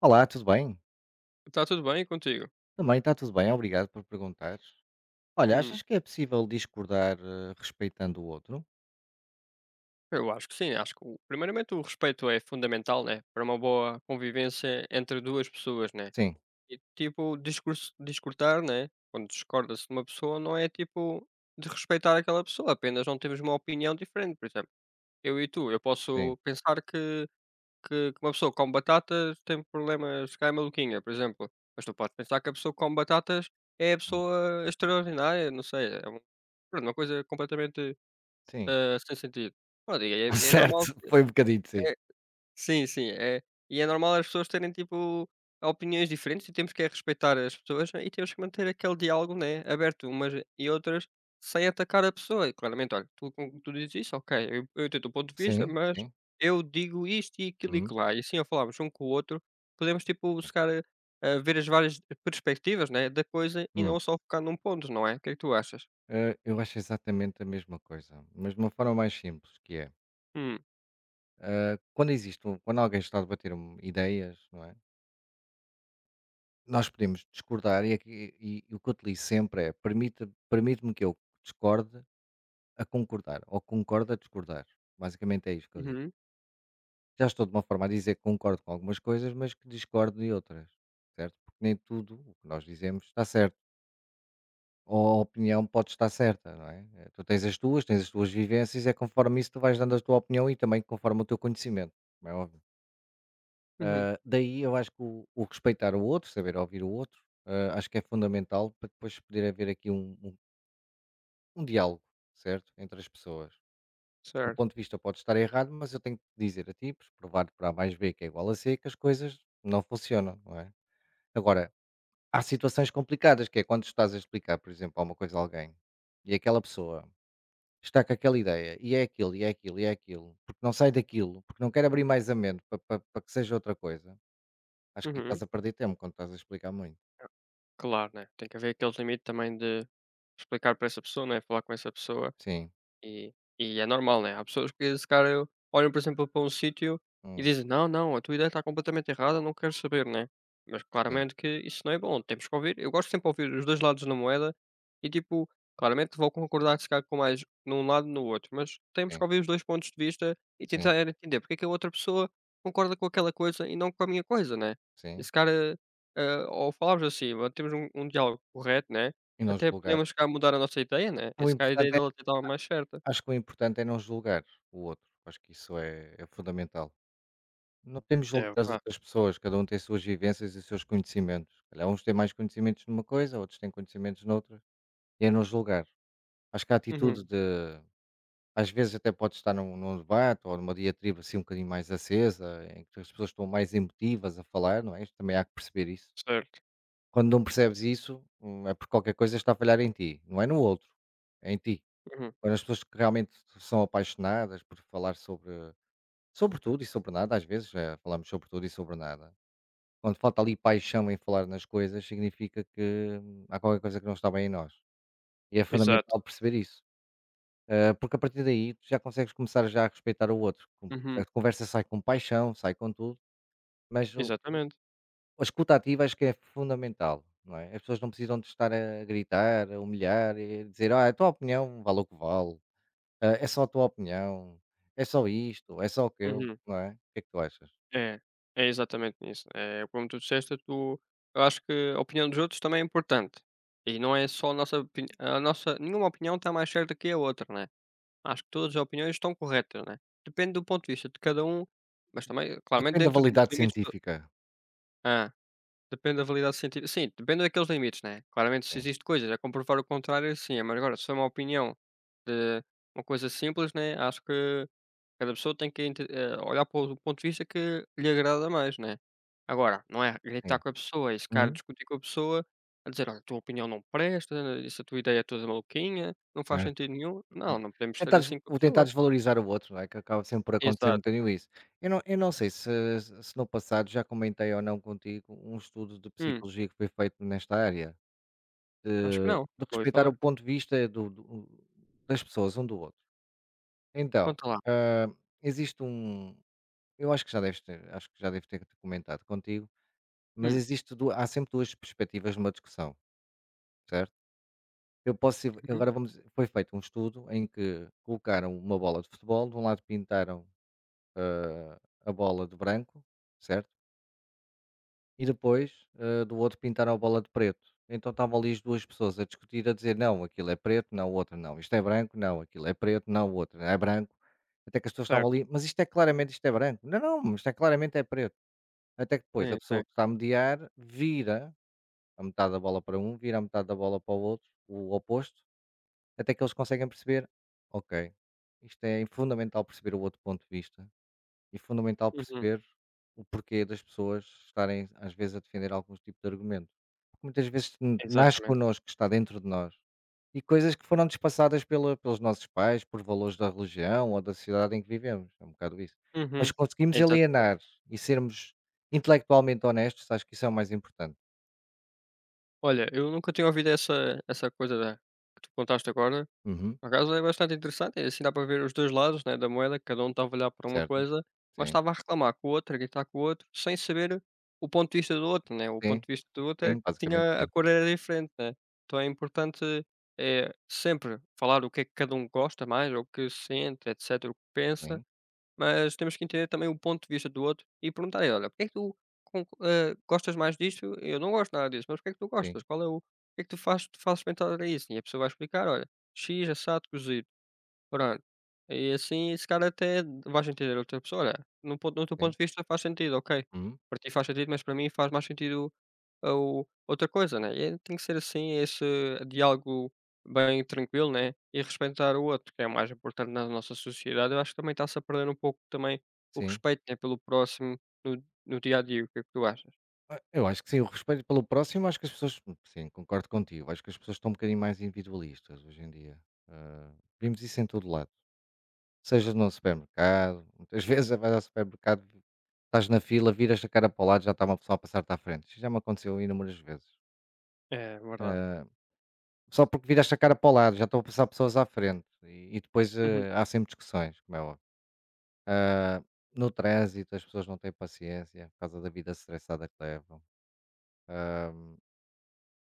Olá, tudo bem? Está tudo bem contigo? Também está tudo bem, obrigado por perguntar. Olha, Hum, achas que é possível discordar respeitando o outro? eu acho que sim, acho que primeiramente o respeito é fundamental, né? Para uma boa convivência entre duas pessoas, né? Sim, E tipo, discordar, né? Quando discorda-se de uma pessoa, não é tipo de respeitar aquela pessoa, apenas não temos uma opinião diferente, por exemplo. Eu e tu, eu sim, posso pensar que uma pessoa com batatas tem problemas, cai maluquinha, por exemplo. Mas tu podes pensar que a pessoa com batatas é a hum, pessoa extraordinária, não sei, pronto, uma coisa completamente sim. Sem sentido. Pronto, e é é normal. Certo, foi um bocadinho, sim. É. Sim, sim. É. E é normal as pessoas terem, tipo, opiniões diferentes e temos que é respeitar as pessoas né, e temos que manter aquele diálogo, né, aberto umas e outras, sem atacar a pessoa e claramente: "Olha, tu dizes isso, ok, eu entendo o teu ponto de vista, Sim, mas sim. eu digo isto e aquilo e Hum, acolá", e assim ao falarmos um com o outro, podemos, tipo, sim, buscar calhar, ver as várias perspectivas, né, da coisa e hum. não só focar num ponto, não é? O que é que tu achas? Eu acho exatamente a mesma coisa, mas de uma forma mais simples, que é, Hum. Quando existe, quando alguém está a debater ideias, não é? Nós podemos discordar e, e o que eu utilizo sempre é, permite-me que eu discorde a concordar, ou concorde a discordar. Basicamente é isto que eu digo. Uhum. Já estou de uma forma a dizer que concordo com algumas coisas, mas que discordo de outras, certo? Porque nem tudo o que nós dizemos está certo. Ou a opinião pode estar certa, não é? Eh, tu tens as tuas vivências, é conforme isso tu vais dando a tua opinião e também conforme o teu conhecimento, como é óbvio. Uhum. Ah, daí eu acho que o respeitar o outro, saber ouvir o outro, ah, acho que é fundamental para depois poder haver aqui um diálogo, certo? Entre as pessoas. Do Certo. ponto de vista pode estar errado, mas eu tenho que te dizer a ti, pois, provar para A mais B que é igual a C, que as coisas não funcionam, não é? Agora, há situações complicadas, que é quando estás a explicar, por exemplo, alguma coisa a alguém, e aquela pessoa está com aquela ideia, e é aquilo, e é aquilo, e é aquilo, porque não sai daquilo, porque não quer abrir mais a mente para, para que seja outra coisa, acho que estás Uhum. a perder tempo quando estás a explicar muito. Claro, né, tem que haver aquele limite também de explicar para essa pessoa, né, falar com essa pessoa, Sim, e e é normal, né. Há pessoas que se calhar olham, por exemplo, para um sítio e hum, dizem: "Não, não, a tua ideia está completamente errada, não quero saber", né. Mas sim, claramente que isso não é bom. Temos que ouvir, eu gosto sempre de ouvir os 2 lados da moeda e, tipo, claramente vou concordar se calhar com mais num lado no outro, mas temos que sim, ouvir os 2 pontos de vista e sim, tentar entender porque é que a outra pessoa concorda com aquela coisa e não com a minha coisa, né. E sim. se calhar, ao falarmos assim, temos um diálogo correto, né, E não até julgar. podemos se calhar mudar a nossa ideia, né, e O se calhar a ideia importante é, dela até estava mais certa. acho que o importante é não julgar o outro. Acho que isso é fundamental. Não podemos É julgar as verdade. outras pessoas, cada um tem as suas vivências e os seus conhecimentos. Se calhar uns têm mais conhecimentos numa coisa, outros têm conhecimentos noutra, e é não julgar. Acho que a Uhum. atitude de, às vezes até pode estar num debate ou numa diatriba assim um bocadinho mais acesa, em que as pessoas estão mais emotivas a falar, não é? Isto também há que perceber isso. Certo. Quando não percebes isso, é porque qualquer coisa está a falhar em ti, não é no outro, é em ti. Uhum. Quando as pessoas que realmente são apaixonadas por falar sobre tudo e sobre nada, às vezes falamos sobre tudo e sobre nada. Quando falta ali paixão em falar nas coisas, significa que há qualquer coisa que não está bem em nós. E é Exato. fundamental perceber isso. Porque a partir daí tu já consegues começar já a respeitar o outro. A Uhum. conversa sai com paixão, sai com tudo, mas Exatamente. a escuta ativa acho que é fundamental, não é? As pessoas não precisam de estar a gritar, a humilhar, e dizer, ah, é a tua opinião vale o que vale, é só a tua opinião, é só isto, é só aquilo, Uhum. não é? O que é que tu achas? É. É exatamente isso. É como tu disseste, tu eu acho que a opinião dos outros também é importante. E não é só a nossa opini a nossa nenhuma opinião está mais certa que a outra, né? Acho que todas as opiniões estão corretas, né? Depende do ponto de vista de cada um, mas também, claramente, Depende da dentro dos validade limites do. científica. Depende da validade científica. Sim, depende daqueles limites, né? Claramente, se Sim, existe coisas a comprovar o contrário, sim. Mas agora, se é uma opinião de uma coisa simples, né? Acho que cada pessoa tem que olhar para o ponto de vista que lhe agrada mais, né? Agora, não é gritar sim. com a pessoa e ficar a Uhum, discutir com a pessoa a dizer, olha, a tua opinião não presta, essa tua ideia é toda maluquinha, não faz certo. sentido nenhum. Não, não podemos ser Tentar des assim com a o tentar pessoa. desvalorizar o outro, não é, que acaba sempre por acontecer um Exato. bocadinho isso. Eu não sei se no passado já comentei ou não contigo um estudo de Hum, psicologia que foi feito nesta área, acho que de não. de Nunca ouvi respeitar o falar. ponto de vista do das pessoas um do outro. Então, Conta lá. hã, existe um eu acho que já deves ter acho que já devo ter comentado contigo, mas Hum. existe du há sempre 2 perspectivas numa discussão, certo? Eu posso Uhum. agora vamos foi feito um estudo em que colocaram uma bola de futebol, de um lado pintaram eh, a bola de branco, certo? E depois do outro pintaram a bola de preto. Então estavam ali as duas pessoas a discutir, a dizer não, aquilo é preto, não, o outro não. Isto é branco, não, aquilo é preto, não, o outro é branco. Até que as pessoas estavam Certo. ali, mas isto é claramente, isto é branco. Não, não, mas isto é claramente é preto. Até que depois a Sim, sim. pessoa que está a mediar vira a metade da bola para um, vira a metade da bola para o outro, o oposto, até que eles conseguem perceber, ok, isto é fundamental perceber o outro ponto de vista. E fundamental Uhum, perceber o porquê das pessoas estarem, às vezes, a defender alguns tipos de argumento. Porque muitas vezes nasce exatamente. connosco, está dentro de nós. E coisas que foram despassadas pelos nossos pais, por valores da religião ou da sociedade em que vivemos. É um bocado isso. Mas Uhum. conseguimos Exatamente. alienar e sermos intelectualmente honestos, acho que isso é o mais importante. Olha, eu nunca tinha ouvido essa coisa da que tu contaste agora. Uhum, Por acaso é bastante interessante, e assim dá para ver os 2 lados, né, da moeda, que cada um estava a olhar para uma certo? coisa, mas Sim, estava a reclamar com o outro, a gritar com o outro, sem saber o ponto de vista do outro, né. O ponto sim, de vista do outro é sim, que basicamente tinha a sim. cor era diferente, né. Então é importante, é sempre falar o que é que cada um gosta mais, ou o que sente, etcétera, o que pensa. Sim, Mas temos que entender também o ponto de vista do outro e perguntar a ele: "Olha, porque é que tu gostas mais disto? Eu não gosto nada disso, mas porque é que tu sim, gostas? Qual é o que é que tu fazes te faz experimentar isso?" E a pessoa vai explicar: "Olha, x assado cozido." Pronto. E assim esse cara até vais entender a outra pessoa. Olha, no teu ponto sim. de vista faz sentido, ok. Uhum, Para ti faz sentido, mas para mim faz mais sentido a o outra coisa, né. E tem que ser assim esse diálogo bem tranquilo, né, e respeitar o outro, que é o mais importante na nossa sociedade. Eu acho que também está-se a perder um pouco também o sim. respeito, né, pelo próximo no dia a dia. O que é que tu achas? Ah, eu acho que sim, o respeito pelo próximo, acho que as pessoas sim, concordo contigo, acho que as pessoas estão um bocadinho mais individualistas hoje em dia. Ah, vimos isso em todo lado, seja no supermercado, muitas vezes vais ao supermercado, estás na fila, viras a cara para o lado, já está uma pessoa a passar-te à frente. Isso já me aconteceu inúmeras vezes. É verdade. Ah, só porque viraste a cara para o lado, já estão a passar pessoas à frente e depois Uhum. ah, há sempre discussões, como é óbvio. Ah, no trânsito, as pessoas não têm paciência por causa da vida estressada que levam.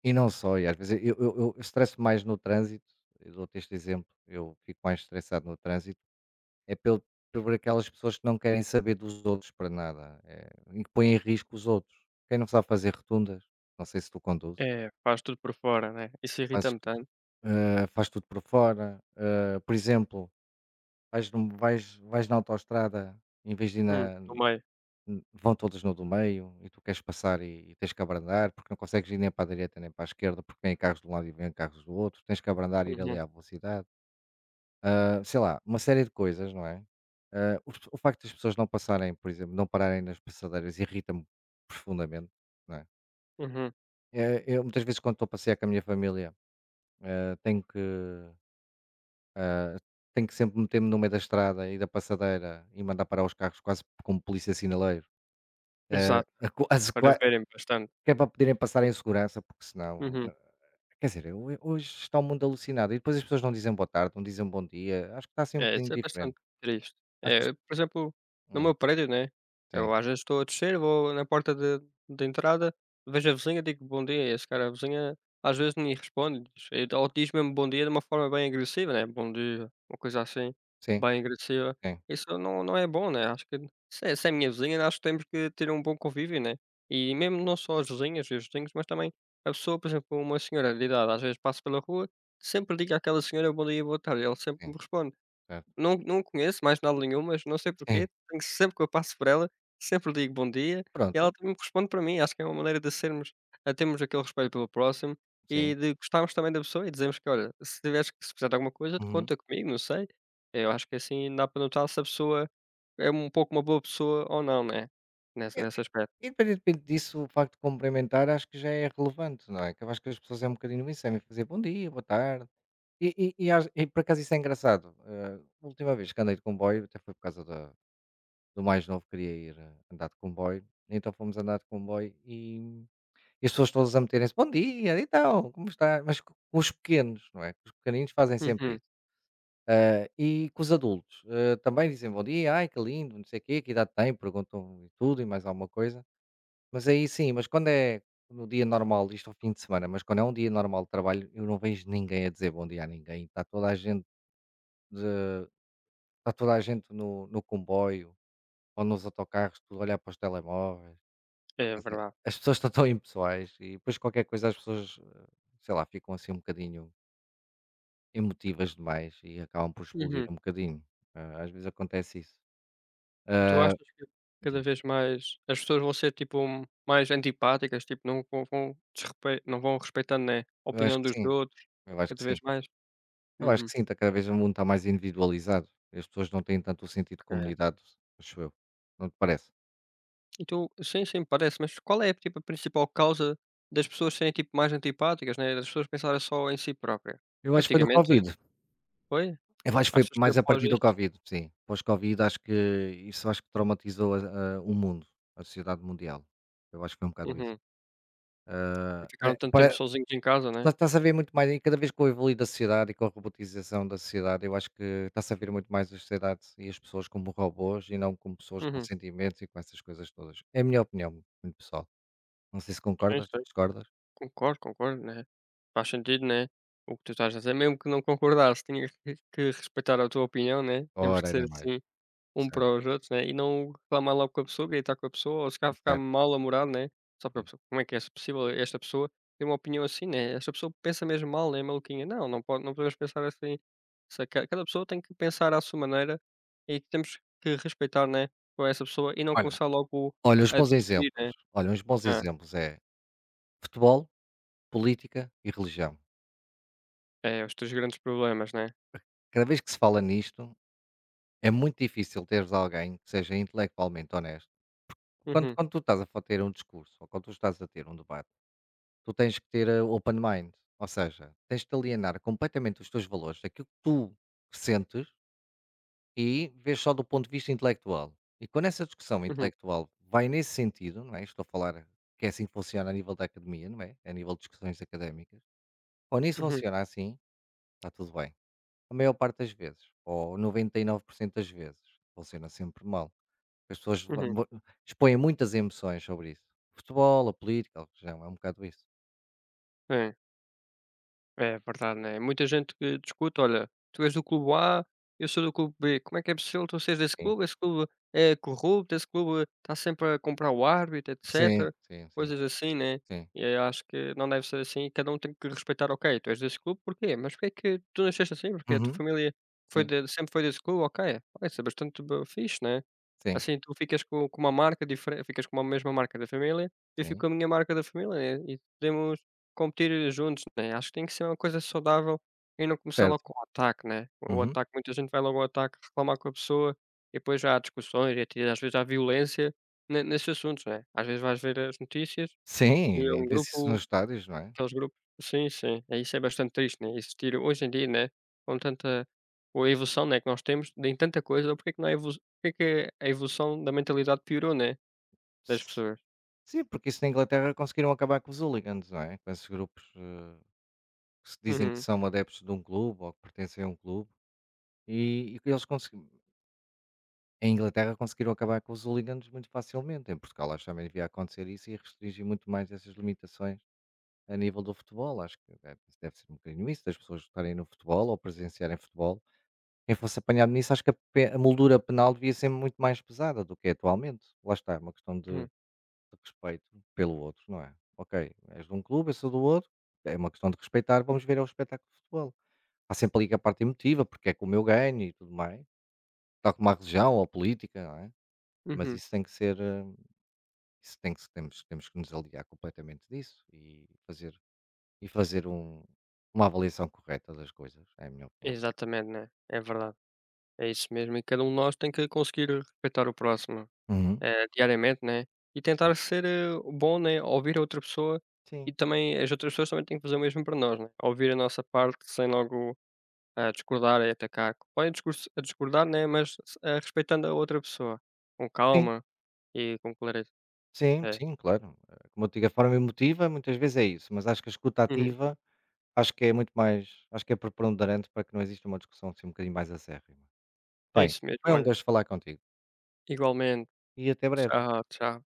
E não só, e às vezes eu estresso mais no trânsito, eu dou-te este exemplo, eu fico mais estressado no trânsito, é pelo por aquelas pessoas que não querem saber dos outros para nada, e que põem em risco os outros. Quem não sabe fazer rotundas, não sei se tu conduzes, É, faz tudo por fora, né. Isso fazes irrita-me tudo, tanto. Faz tudo por fora, por exemplo, vais num vais vais na autoestrada em vez de ir Hum. na. No meio. Vão todas no do meio e tu queres passar e tens que abrandar, porque não consegues ir nem para a direita nem para a esquerda, porque vêm carros de um lado e vêm carros do outro, tens que abrandar e ir ali Uhum, à velocidade. Ah, sei lá, uma série de coisas, não é? Ah, o facto das pessoas não passarem, por exemplo, não pararem nas passadeiras irrita-me profundamente, não é? uhum. Eu, muitas vezes quando estou a passear com a minha família, ah, tenho que sempre meter-me no meio da estrada e da passadeira e mandar parar os carros quase como polícia sinaleiro. A Exato, quase para verem bastante. que é para poderem passar em segurança, porque senão. Uhum. Quer dizer, ho hoje está o mundo alucinado e depois as pessoas não dizem boa tarde, não dizem bom dia, acho que está assim um É, bocadinho isso é diferente. bastante triste. Acho que as É, por exemplo, no hum, meu prédio, né, sim, eu às vezes estou a descer, vou na porta de entrada, vejo a vizinha, digo: "Bom dia", esse cara a vizinha às vezes nem responde, diz e ou diz mesmo "bom dia" de uma forma bem agressiva, né, "bom dia", uma coisa assim, sim, bem agressiva. sim, Isso não é bom, né, acho que se é minha vizinha, acho que temos que ter um bom convívio, né, e mesmo não só as vizinhas e os vizinhos, mas também a pessoa, por exemplo, uma senhora de idade, às vezes passo pela rua, sempre digo àquela senhora: "Bom dia, boa tarde", ela sempre sim, me responde. certo. Não, não conheço mais nada nenhum, mas não sei Sim, porquê, tenho sempre que eu passo por ela, sempre digo bom dia e ela pronto, também responde para mim. Acho que é uma maneira de sermos a termos aquele respeito pelo próximo sim, e de gostarmos também da pessoa e dizermos que: "Olha, se tiveres que se precisar de alguma coisa, uhum. conta comigo", não sei. Eu acho que assim dá para notar se a pessoa é um pouco uma boa pessoa ou não, né, nessa E nesse aspecto. e independentemente disso, o facto de cumprimentar acho que já é relevante, não é? Que eu acho que as pessoas é um bocadinho isso, é mesmo fazer bom dia, boa tarde. E às e por acaso isso é engraçado, a última vez que andei de comboio, até foi por causa da do mais novo queria ir andar de comboio, então fomos andar de comboio e. E as pessoas todas a meterem-se: "Bom dia, então, como está?" Mas co com os pequenos, não é? Com os pequeninos fazem sempre Uhum. isso. Ah, e com os adultos, ah, também dizem: "Bom dia, ai, que lindo, não sei o quê, que idade tem?" Perguntam e tudo e mais alguma coisa. Mas aí sim, mas quando é no dia normal, isto ao fim de semana, mas quando é um dia normal de trabalho, eu não vejo ninguém a dizer bom dia a ninguém. De está toda a gente no comboio ou nos autocarros, tudo a olhar para os telemóveis. É Quer dizer, verdade. as pessoas estão tão impessoais e depois qualquer coisa as pessoas, sei lá, ficam assim um bocadinho emotivas demais e acabam por explodir Uhum. um bocadinho. Ah, às vezes acontece isso. E tu achas que cada Diz. vez mais as pessoas vão ser tipo mais antipáticas, tipo não vão vão desrespe não vão respeitando, né, a Eu acho opinião que dos sim. outros Eu acho que cada sim. vez mais? Eu acho que Uhum, sim, está cada vez o mundo está mais individualizado. As pessoas não têm tanto o sentido de ok. comunidade, acho eu. Não te parece? E tu sim, sim, parece, mas qual é tipo a principal causa das pessoas serem tipo mais antipáticas, né, das pessoas pensarem só em si própria? Eu acho que foi do Antigamente Covid. foi? Eu acho que foi Achas que mais a após partir do isso Covid, sim. Pós-Covid, acho que isso acho que traumatizou o mundo, a sociedade mundial. Eu acho que foi um bocado isso. uhum, Ah, ficaram é, tanto tempo sozinhos em casa, Tá né? está-se a ver muito mais e cada vez com o evoluir da sociedade e com a robotização da sociedade, eu acho que está-se a ver muito mais a sociedade e as pessoas como robôs e não como pessoas com Uhum, sentimentos e com essas coisas todas. É a minha opinião, muito pessoal. Não sei se sim, concordas, sim. discordas? Concordo, concordo, né. Faz sentido, né, o que tu estás a dizer, mesmo que não concordasse, tinhas que respeitar a tua opinião, né, temos que Ora, ser nem mais. assim um para Certo, os outros, né, e não reclamar logo com a pessoa, gritar com a pessoa ou se calhar ficar certo, mal amorado, né, só para a sim. pessoa, como é que é possível esta pessoa ter uma opinião assim, né, esta pessoa pensa mesmo mal, né, maluquinha. Não, não pode não podemos pensar assim, se ca cada pessoa tem que pensar à sua maneira e que temos que respeitar, né, com essa pessoa e não Olha, começar logo olha uns a bons discutir, né. exemplos, olha uns bons Ah, exemplos é futebol, política e religião. é, os teus grandes problemas, né. Cada vez que se fala nisto, é muito difícil teres alguém que seja intelectualmente honesto. Quando, Uhum. quando tu estás a ter um discurso ou quando tu estás a ter um debate. Tu tens que ter open mind, ou seja, tens de te alienar completamente os teus valores, aquilo que tu sentes e vês só do ponto de vista intelectual. E quando essa discussão Uhum, intelectual vai nesse sentido, não é? Estou a falar que é assim que funciona a nível da academia, não é? A nível de discussões académicas. Quando isso uhum, funciona assim, está tudo bem. A maior parte das vezes, ou 99% das vezes, funciona sempre mal. As pessoas uhum. Expõem muitas emoções sobre isso. Futebol, a política, a religião, é um bocado isso. É, é verdade, né? Muita gente que discute, olha, tu és do clube A, eu sou do clube B. Como é que é possível tu seres desse Sim, clube? Esse clube é corrupto, esse clube está sempre a comprar o árbitro, sim, etc. sim. Sim. Coisas assim, né? Sim. E eu acho que não deve ser assim. Cada um tem que respeitar, ok, tu és desse clube, porquê? Mas porquê é que tu nasceste assim? Porque a tua Uhum. família Sim, sempre foi desse clube, ok. Vai ser bastante fixe, né? sim, Assim tu ficas com uma marca diferente, ficas com a mesma marca da família, eu fico sim. com a minha marca da família né? E podemos competir juntos, né. Acho que tem que ser uma coisa saudável e não começar logo Certo. com o ataque, né. O Uhum. ataque muita gente vai logo ao ataque reclamar com a pessoa e depois já há discussões e até às vezes há violência ne nesses assuntos, né. Às vezes vais ver as notícias e Sim, é e um vê-se isso grupo. nos estádios, não é? Aqueles grupos. Sim, sim, é isso. É bastante triste, né, existir hoje em dia, né, com tanta com a evolução, né, que nós temos em tanta coisa, porque é que não é evolu porque é que a evolução da mentalidade piorou, né, das S- pessoas. Sim, porque isso na Inglaterra conseguiram acabar com os hooligans, não é? Com esses grupos que se dizem que Uhum, são adeptos de um clube ou que pertencem a um clube. E que eles conseguiram, em Inglaterra conseguiram acabar com os hooligans muito facilmente. Em Portugal acho que também devia acontecer isso e restringir muito mais essas limitações a nível do futebol. Acho que deve ser um bocadinho isso, das pessoas estarem no futebol ou presenciarem futebol. Quem fosse apanhado nisso, acho que a moldura penal devia ser muito mais pesada do que é atualmente. Lá está, é uma questão de uhum, de respeito pelo outro, não é? Ok, és de um clube, eu sou do outro, é uma questão de respeitar, vamos ver é o espetáculo de futebol. Há sempre ali a parte emotiva, porque é que o meu ganho e tudo mais, tal como a religião ou a política, não é? Mas uhum. isso tem que ser, isso tem que se temos temos que nos aliar completamente disso e fazer e fazer um uma avaliação correta das coisas, é a minha opinião. Exatamente, né, é verdade, é isso mesmo e cada um de nós tem que conseguir respeitar o próximo, Uhum. Diariamente, né, e tentar ser, bom, né, ouvir a outra pessoa e Sim. também as outras pessoas também têm que fazer o mesmo para nós, né, ouvir a nossa parte sem logo a discordar e atacar. Podem discurs a discordar, né, mas respeitando a outra pessoa, com Sim. calma e com clareza. Sim, É. sim, claro. Como eu digo, a forma emotiva muitas vezes é isso, mas acho que a escuta Uhum. ativa, acho que é preponderante para que não exista uma discussão assim um bocadinho mais acérrima. É Bem, isso mesmo, foi um olha. gosto falar contigo Igualmente. e até breve. Tchau, tchau.